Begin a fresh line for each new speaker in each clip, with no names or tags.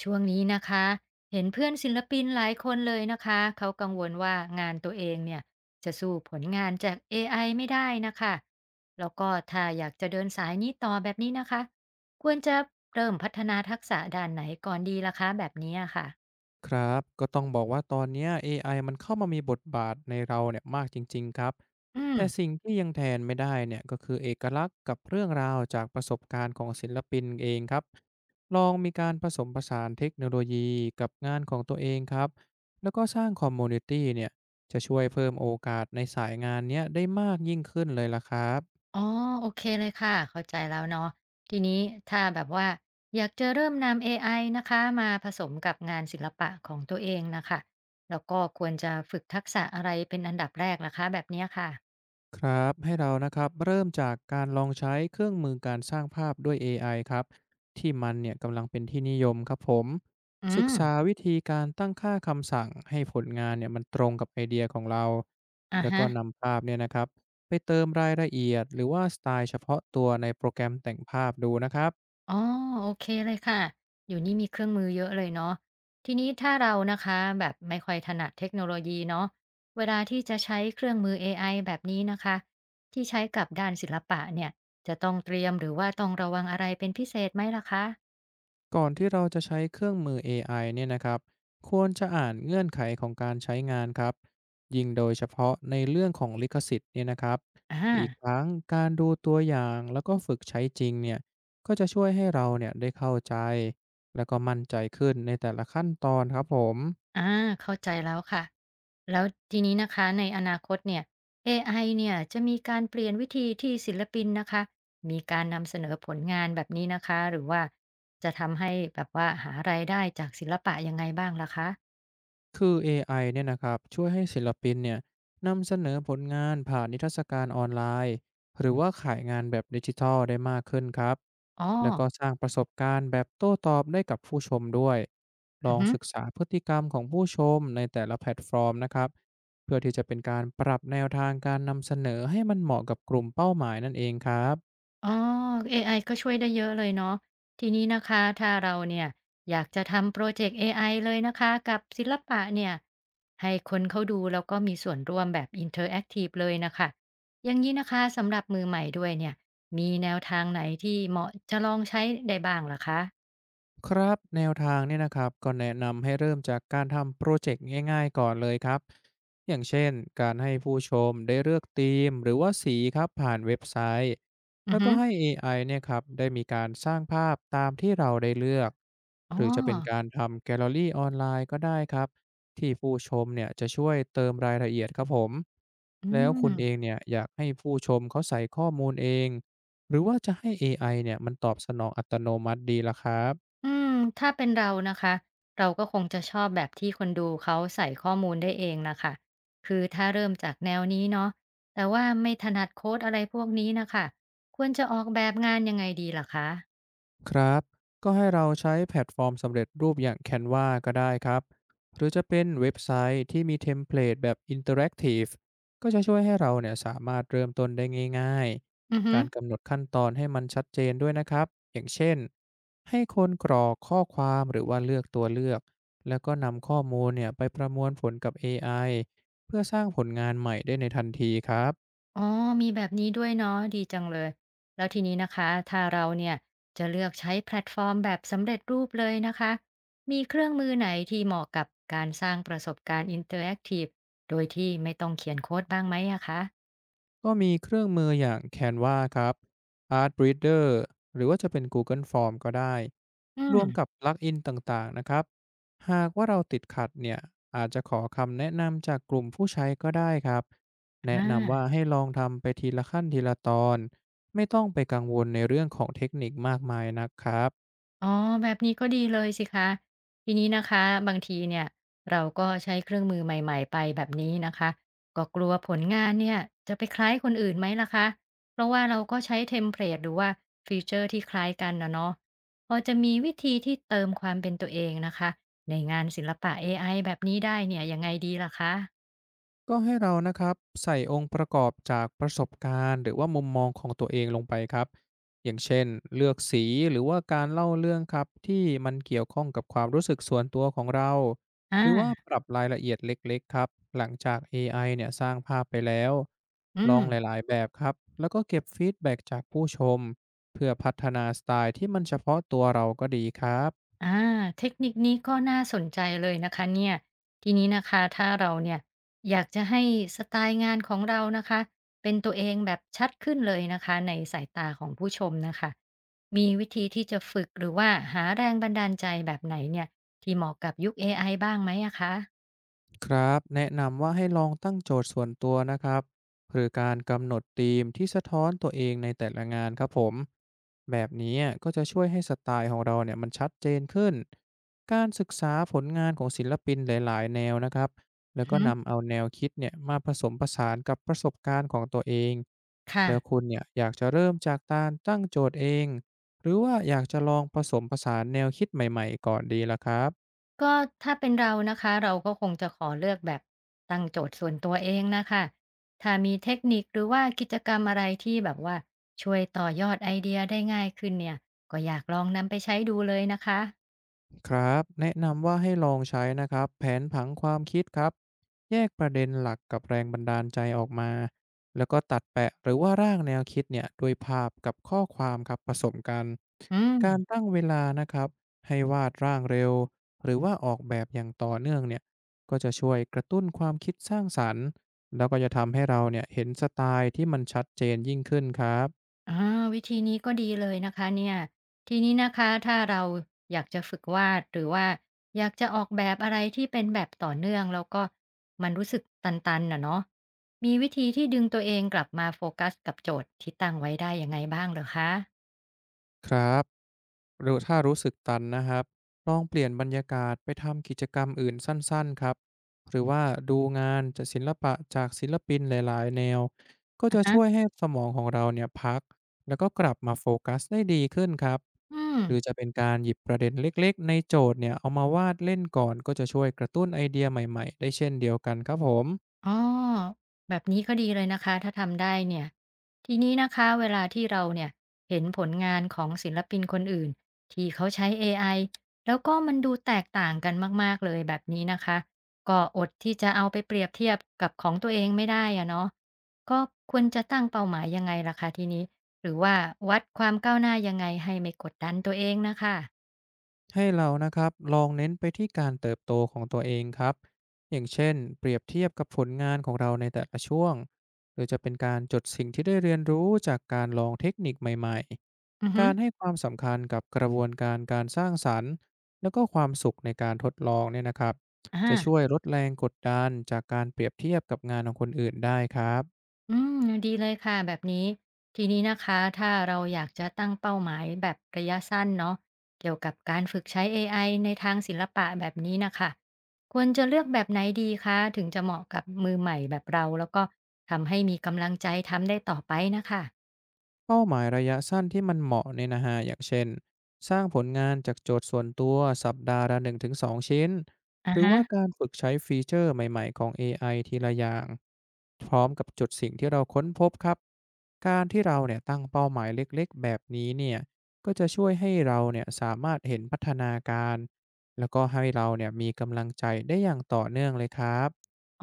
ช่วงนี้นะคะเห็นเพื่อนศิลปินหลายคนเลยนะคะเขากังวลว่างานตัวเองเนี่ยจะสู้ผลงานจาก AI ไม่ได้นะคะแล้วก็ถ้าอยากจะเดินสายนี้ต่อแบบนี้นะคะควรจะเริ่มพัฒนาทักษะด้านไหนก่อนดีล่ะคะแบบนี้อะค่ะ
ครับก็ต้องบอกว่าตอนเนี้ยเอไอมันเข้ามามีบทบาทในเราเนี่ยมากจริงๆครับ
อืม
แต่สิ่งที่ยังแทนไม่ได้เนี่ยก็คือเอกลักษณ์กับเรื่องราวจากประสบการณ์ของศิลปินเองครับลองมีการผสมผสานเทคโนโลยีกับงานของตัวเองครับแล้วก็สร้างคอมมูนิตี้เนี่ยจะช่วยเพิ่มโอกาสในสายงานเนี้ยได้มากยิ่งขึ้นเลยล่ะครับ
อ๋อโอเคเลยค่ะเข้าใจแล้วเนาะทีนี้ถ้าแบบว่าอยากจะเริ่มนำเอไอนะคะมาผสมกับงานศิลปะของตัวเองนะคะแล้วก็ควรจะฝึกทักษะอะไรเป็นอันดับแรกล่ะคะแบบเนี้ยค่ะ
ครับให้เรานะครับเริ่มจากการลองใช้เครื่องมือการสร้างภาพด้วย AI ครับที่มันเนี่ยกำลังเป็นที่นิยมครับผม
อื
ศึก
ม
ษาวิธีการตั้งค่าคำสั่งให้ผลงานเนี่ยมันตรงกับไอเดียของเรา
อะ
แล้วก็
ฮะ
นำภาพเนี่ยนะครับไปเติมรายละเอียดหรือว่าสไตล์เฉพาะตัวในโปรแกรมแต่งภาพดูนะครับ
อ๋อโอเคเลยค่ะอยู่นี่มีเครื่องมือเยอะเลยเนาะทีนี้ถ้าเรานะคะแบบไม่ค่อยถนัดเทคโนโลยีเนาะเวลาที่จะใช้เครื่องมือ AI แบบนี้นะคะที่ใช้กับด้านศิลปะเนี่ยจะต้องเตรียมหรือว่าต้องระวังอะไรเป็นพิเศษไหมล่ะคะ
ก่อนที่เราจะใช้เครื่องมือ AI เนี่ยนะครับควรจะอ่านเงื่อนไขของการใช้งานครับยิ่งโดยเฉพาะในเรื่องของลิขสิทธิ์เนี่ยนะครับอีก
อา
ครั้งการดูตัวอย่างแล้วก็ฝึกใช้จริงเนี่ยก็จะช่วยให้เราเนี่ยได้เข้าใจแล้วก็มั่นใจขึ้นในแต่ละขั้นตอนครับผม
อ่าเข้าใจแล้วค่ะแล้วทีนี้นะคะในอนาคตเนี่ยเอไอเนี่ยจะมีการเปลี่ยนวิธีที่ศิลปินนะคะมีการนำเสนอผลงานแบบนี้นะคะหรือว่าจะทำให้แบบว่าหารายได้จากศิลปะยังไงบ้างล่ะคะ
คือเอไอเนี่ยนะครับช่วยให้ศิลปินเนี่ยนำเสนอผลงานผ่านนิทรรศการออนไลน์หรือว่าขายงานแบบดิจิทัลได้มากขึ้นครับ
อ๋อ
แล้วก็สร้างประสบการณ์แบบโต้ตอบได้กับผู้ชมด้วยล
อื
อ
อ
ง
ฮึ
ศึกษาพฤติกรรมของผู้ชมในแต่ละแพลตฟอร์มนะครับเพื่อที่จะเป็นการปรับแนวทางการนำเสนอให้มันเหมาะกับกลุ่มเป้าหมายนั่นเองครับ
อ๋อเอไอก็ช่วยได้เยอะเลยเนาะทีนี้นะคะถ้าเราเนี่ยอยากจะทำพรอเจกต์เอไอเลยนะคะกับศิลปะเนี่ยให้คนเขาดูแล้วก็มีส่วนร่วมแบบอินเทอร์แอคทีฟเลยน่ะค่ะอย่างงี้นะคะสำหรับมือใหม่ด้วยเนี่ยมีแนวทางไหนที่เหมาะจะลองใช้ได้บ้างเหรอคะ
ครับแนวทางเนี่ยนะครับก็แนะนำให้เริ่มจากการทำโปรเจกต์ง่ายๆก่อนเลยครับอย่างเช่นการให้ผู้ชมได้เลือกธีมหรือว่าสีครับผ่านเว็บไซต์
อือ
แล้ว
ฮึ
ก็ให้ AI เนี่ยครับได้มีการสร้างภาพตามที่เราได้เลือก
อ๋อ
หรือจะเป็นการทำแกลเลอรี่ออนไลน์ก็ได้ครับที่ผู้ชมเนี่ยจะช่วยเติมรายละเอียดครับผม
อื
แล้ว
ม
คุณเองเนี่ยอยากให้ผู้ชมเขาใส่ข้อมูลเองหรือว่าจะให้เอไอเนี่ยมันตอบสนองอัตโนมัติดีล่ะครับ
อืมถ้าเป็นเรานะคะเราก็คงจะชอบแบบที่คนดูเขาใส่ข้อมูลได้เองนะคะคือถ้าเริ่มจากแนวนี้เนาะแต่ว่าไม่ถนัดโคดอะไรพวกนี้นะค่ะควรจะออกแบบงานยังไงดีล่ะคะ
ครับก็ให้เราใช้แพลตฟอร์มสำเร็จรูปอย่าง Canva ก็ได้ครับหรือจะเป็นเว็บไซต์ที่มีเทมเพลตแบบอินเทอร์แอคทีฟก็จะช่วยให้เราเนี่ยสามารถเริ่มต้นได้ง่าย
อือ
ๆ
ฮึ
การกำหนดขั้นตอนให้มันชัดเจนด้วยนะครับอย่างเช่นให้คนกรอกข้อความหรือว่าเลือกตัวเลือกแล้วก็นำข้อมูลเนี่ยไปประมวลผลกับ AI เพื่อสร้างผลงานใหม่ได้ในทันทีครับ
อ๋อมีแบบนี้ด้วยเนาะดีจังเลยแล้วทีนี้นะคะถ้าเราเนี่ยจะเลือกใช้แพลตฟอร์มแบบสำเร็จรูปเลยนะคะมีเครื่องมือไหนที่เหมาะกับการสร้างประสบการณ์อินเตอร์แอคทีฟโดยที่ไม่ต้องเขียนโคดบ้างไหมอะคะ
ก็มีเครื่องมืออย่าง Canva ครับ Art Breeder หรือว่าจะเป็น Google Form ก็ได้
อื
รวม
ม
กับปลักอินต่างๆ นะครับ หากว่าเราติดขัดเนี่ย อาจจะขอคำแนะนำจากกลุ่มผู้ใช้ก็ได้ครับ
อ
แนะนำว่า
า
ให้ลองทำไปทีละขั้นทีละตอน ไม่ต้องไปกังวลในเรื่องของเทคนิคมากมายนักครับ
อ๋อแบบนี้ก็ดีเลยสิคะทีนี้นะคะบางทีเนี่ยเราก็ใช้เครื่องมือใหม่ๆไปแบบนี้นะคะก็กลัวผลงานเนี่ยจะไปคล้ายคนอื่นไหมล่ะคะเพราะว่าเราก็ใช้เทมเพลตหรือว่าฟีเจอร์ที่คล้ายกันนะเนาะพอจะมีวิธีที่เติมความเป็นตัวเองนะคะในงานศิลปะเอไอแบบนี้ได้เนี่ยยังไงดีล่ะคะ
ก็ให้เรานะครับใส่องค์ประกอบจากประสบการณ์หรือว่ามุมมองของตัวเองลงไปครับอย่างเช่นเลือกสีหรือว่าการเล่าเรื่องครับที่มันเกี่ยวข้องกับความรู้สึกส่วนตัวของเรา
อา
หรือว่าปรับรายละเอียดเล็กๆครับหลังจาก AI เนี่ยสร้างภาพไปแล้ว
อื
ลอ
ม
งหลายๆแบบครับแล้วก็เก็บฟีดแบ็จากผู้ชมเพื่อพัฒนาสไตล์ที่มันเฉพาะตัวเราก็ดีครับ
อาเทคนิคนี้ก็น่าสนใจเลยนะคะเนี่ยทีนี้นะคะถ้าเราเนี่ยอยากจะให้สไตล์งานของเรานะคะเป็นตัวเองแบบชัดขึ้นเลยนะคะในสายตาของผู้ชมนะคะมีวิธีที่จะฝึกหรือว่าหาแรงบันดาลใจแบบไหนเนี่ยที่เหมาะกับยุคเอไอบ้างไหมอะคะ
ครับแนะนำว่าให้ลองตั้งโจทย์ส่วนตัวนะครับหรือการกำหนดธีมที่สะท้อนตัวเองในแต่ละงานครับผมแบบนี้อ่ะก็จะช่วยให้สไตล์ของเราเนี่ยมันชัดเจนขึ้นการศึกษาผลงานของศิลปินหลายๆแนวนะครับแล้
อื
ว
อ
ก็
ฮึ
นำเอาแนวคิดเนี่ยมาผสมผสานกับประสบการณ์ของตัวเอง
ค่ะ
แล้วคุณเนี่ยอยากจะเริ่มจากการตั้งโจทย์เองหรือว่าอยากจะลองผสมผสานแนวคิดใหม่ๆก่อนดีล่ะครับ
ก็ถ้าเป็นเรานะคะเราก็คงจะขอเลือกแบบตั้งโจทย์ส่วนตัวเองนะคะถ้ามีเทคนิคหรือว่ากิจกรรมอะไรที่แบบว่าช่วยต่อยอดไอเดียได้ง่ายขึ้นเนี่ยก็อยากลองนำไปใช้ดูเลยนะคะ
ครับแนะนำว่าให้ลองใช้นะครับแผนผังความคิดครับแยกประเด็นหลักกับแรงบันดาลใจออกมาแล้วก็ตัดแปะหรือว่าร่างแนวคิดเนี่ยโดวยภาพกับข้อความครับผสมกัน
อืม
การตั้งเวลานะครับให้วาดร่างเร็วหรือว่าออกแบบอย่างต่อเนื่องเนี่ยก็จะช่วยกระตุ้นความคิดสร้างสรรค์แล้วก็จะทำให้เราเนี่ยเห็นสไตล์ที่มันชัดเจนยิ่งขึ้นครับ
อาวิธีนี้ก็ดีเลยนะคะเนี่ยทีนี้นะคะถ้าเราอยากจะฝึกวาดหรือว่าอยากจะออกแบบอะไรที่เป็นแบบต่อเนื่องแล้วก็มันรู้สึกตันๆน่ะเนาะมีวิธีที่ดึงตัวเองกลับมาโฟกัสกับโจทย์ที่ตั้งไว้ได้ยังไงบ้างเหรอคะ
ครับ หรือถ้ารู้สึกตันนะครับลองเปลี่ยนบรรยากาศไปทำกิจกรรมอื่นสั้นๆครับหรือว่าดูงานจากศิลปะจากศิลปินหลายๆแนวก็
อะ
จะช่วย
ฮะ
ให้สมองของเราเนี่ยพักแล้วก็กลับมาโฟกัสได้ดีขึ้นครับ
อืม
หรือจะเป็นการหยิบประเด็นเล็กๆในโจทย์เนี่ยเอามาวาดเล่นก่อนก็จะช่วยกระตุ้นไอเดียใหม่ๆได้เช่นเดียวกันครับผม
อ๋อแบบนี้ก็ดีเลยนะคะถ้าทำได้เนี่ยทีนี้นะคะเวลาที่เราเนี่ยเห็นผลงานของศิลปินคนอื่นที่เขาใช้ AI แล้วก็มันดูแตกต่างกันมากๆเลยแบบนี้นะคะก็อดที่จะเอาไปเปรียบเทียบกับของตัวเองไม่ได้อะเนาะก็ควรจะตั้งเป้าหมายยังไงล่ะคะทีนี้หรือว่าวัดความก้าวหน้ายังไงให้ไม่กดดันตัวเองนะคะ
ให้เรานะครับลองเน้นไปที่การเติบโตของตัวเองครับอย่างเช่นเปรียบเทียบกับผลงานของเราในแต่ละช่วงหรือจะเป็นการจดสิ่งที่ได้เรียนรู้จากการลองเทคนิคใหม่
อือ
ๆ
ฮึ
การให้ความสำคัญกับกระบวนการการสร้างสรรค์แล้วก็ความสุขในการทดลองเนี่ยนะครับจะช่ว
อา
ยลดแรงกดดันจากการเปรียบเทียบกับงานของคนอื่นได้ครับ
อืมดีเลยค่ะแบบนี้ทีนี้นะคะถ้าเราอยากจะตั้งเป้าหมายแบบระยะสั้นเนาะเกี่ยวกับการฝึกใช้เอไอในทางศิลปะแบบนี้นะคะควรจะเลือกแบบไหนดีคะถึงจะเหมาะกับมือใหม่แบบเราแล้วก็ทำให้มีกำลังใจทำได้ต่อไปนะคะ
เป้าหมายระยะสั้นที่มันเหมาะเนี่ยนะฮะอย่างเช่น สร้างผลงานจากโจทย์ส่วนตัวสัปดาห์ละ1-2ชิ้น ห
อะ
รือ
ฮะ
ว่าการฝึกใช้ฟีเจอร์ใหม่ๆของ AI ทีละอย่าง พร้อมกับจุดสิ่งที่เราค้นพบครับ การที่เราเนี่ยตั้งเป้าหมายเล็กๆแบบนี้เนี่ยก็จะช่วยให้เราเนี่ยสามารถเห็นพัฒนาการ แล้วก็ให้เราเนี่ยมีกำลังใจได้อย่างต่อเนื่องเลยครับ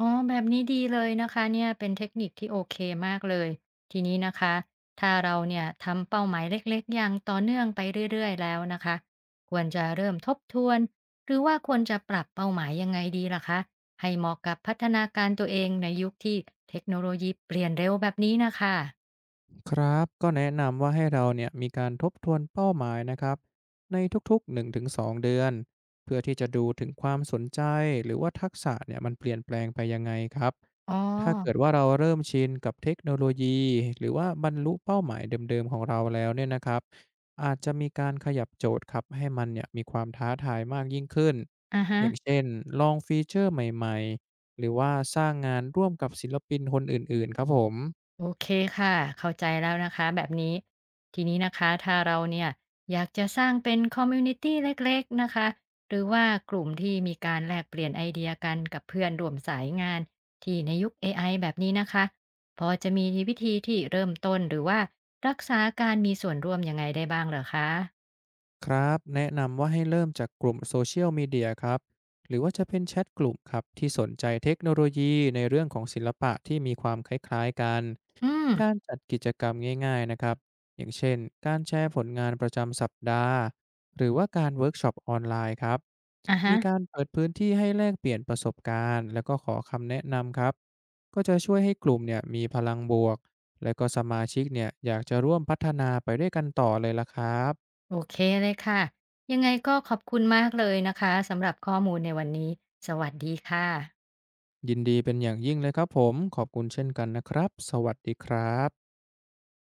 อ๋อแบบนี้ดีเลยนะคะเนี่ยเป็นเทคนิคที่โอเคมากเลยทีนี้นะคะถ้าเราเนี่ยทำเป้าหมายเล็กๆอย่างต่อเนื่องไปเรื่อยๆแล้วนะคะควรจะเริ่มทบทวนหรือว่าควรจะปรับเป้าหมายยังไงดีล่ะคะให้เหมาะกับพัฒนาการตัวเองในยุคที่เทคโนโลยีเปลี่ยนเร็วแบบนี้นะคะ
ครับก็แนะนำว่าให้เราเนี่ยมีการทบทวนเป้าหมายนะครับในทุกๆ1-2เดือนเพื่อที่จะดูถึงความสนใจหรือว่าทักษะเนี่ยมันเปลี่ยนแปลงไปยังไงครับ
อ๋อ
ถ้าเกิดว่าเราเริ่มชินกับเทคโนโลยีหรือว่าบรรลุเป้าหมายเดิมๆของเราแล้วเนี่ยนะครับอาจจะมีการขยับโจทย์ครับให้มันเนี่ยมีความท้าทายมากยิ่งขึ้น
อะ
อ
ฮะ
ย่างเช่นลองฟีเจอร์ใหม่ๆหรือว่าสร้างงานร่วมกับศิลปินคนอื่นๆครับผม
โอเคค่ะเข้าใจแล้วนะคะแบบนี้ทีนี้นะคะถ้าเราเนี่ยอยากจะสร้างเป็นคอมมิวนิตีเล็กๆนะคะหรือว่ากลุ่มที่มีการแลกเปลี่ยนไอเดียกันกับเพื่อนร่วมสายงานที่ในยุค AI แบบนี้นะคะพอจะมีวิธีที่เริ่มต้นหรือว่ารักษาการมีส่วนร่วมยังไงได้บ้างเหรอคะ
ครับแนะนำว่าให้เริ่มจากกลุ่มโซเชียลมีเดียครับหรือว่าจะเป็นแชทกลุ่มครับที่สนใจเทคโนโลยีในเรื่องของศิลปะที่มีความคล้ายๆกัน
อืม
การจัดกิจกรรมง่ายๆนะครับอย่างเช่นการแชร์ผลงานประจำสัปดาห์หรือว่าการเวิร์กช็อปออนไลน์ครับ
อะฮะ
มีการเปิดพื้นที่ให้แลกเปลี่ยนประสบการณ์แล้วก็ขอคำแนะนำครับก็จะช่วยให้กลุ่มเนี่ยมีพลังบวกและก็สมาชิกเนี่ยอยากจะร่วมพัฒนาไปด้วยกันต่อเลยละครับ
โอเคเลยค่ะยังไงก็ขอบคุณมากเลยนะคะสำหรับข้อมูลในวันนี้สวัสดีค่ะ
ยินดีเป็นอย่างยิ่งเลยครับผม ขอบคุณเช่นกันนะครับ สวัสดีครับ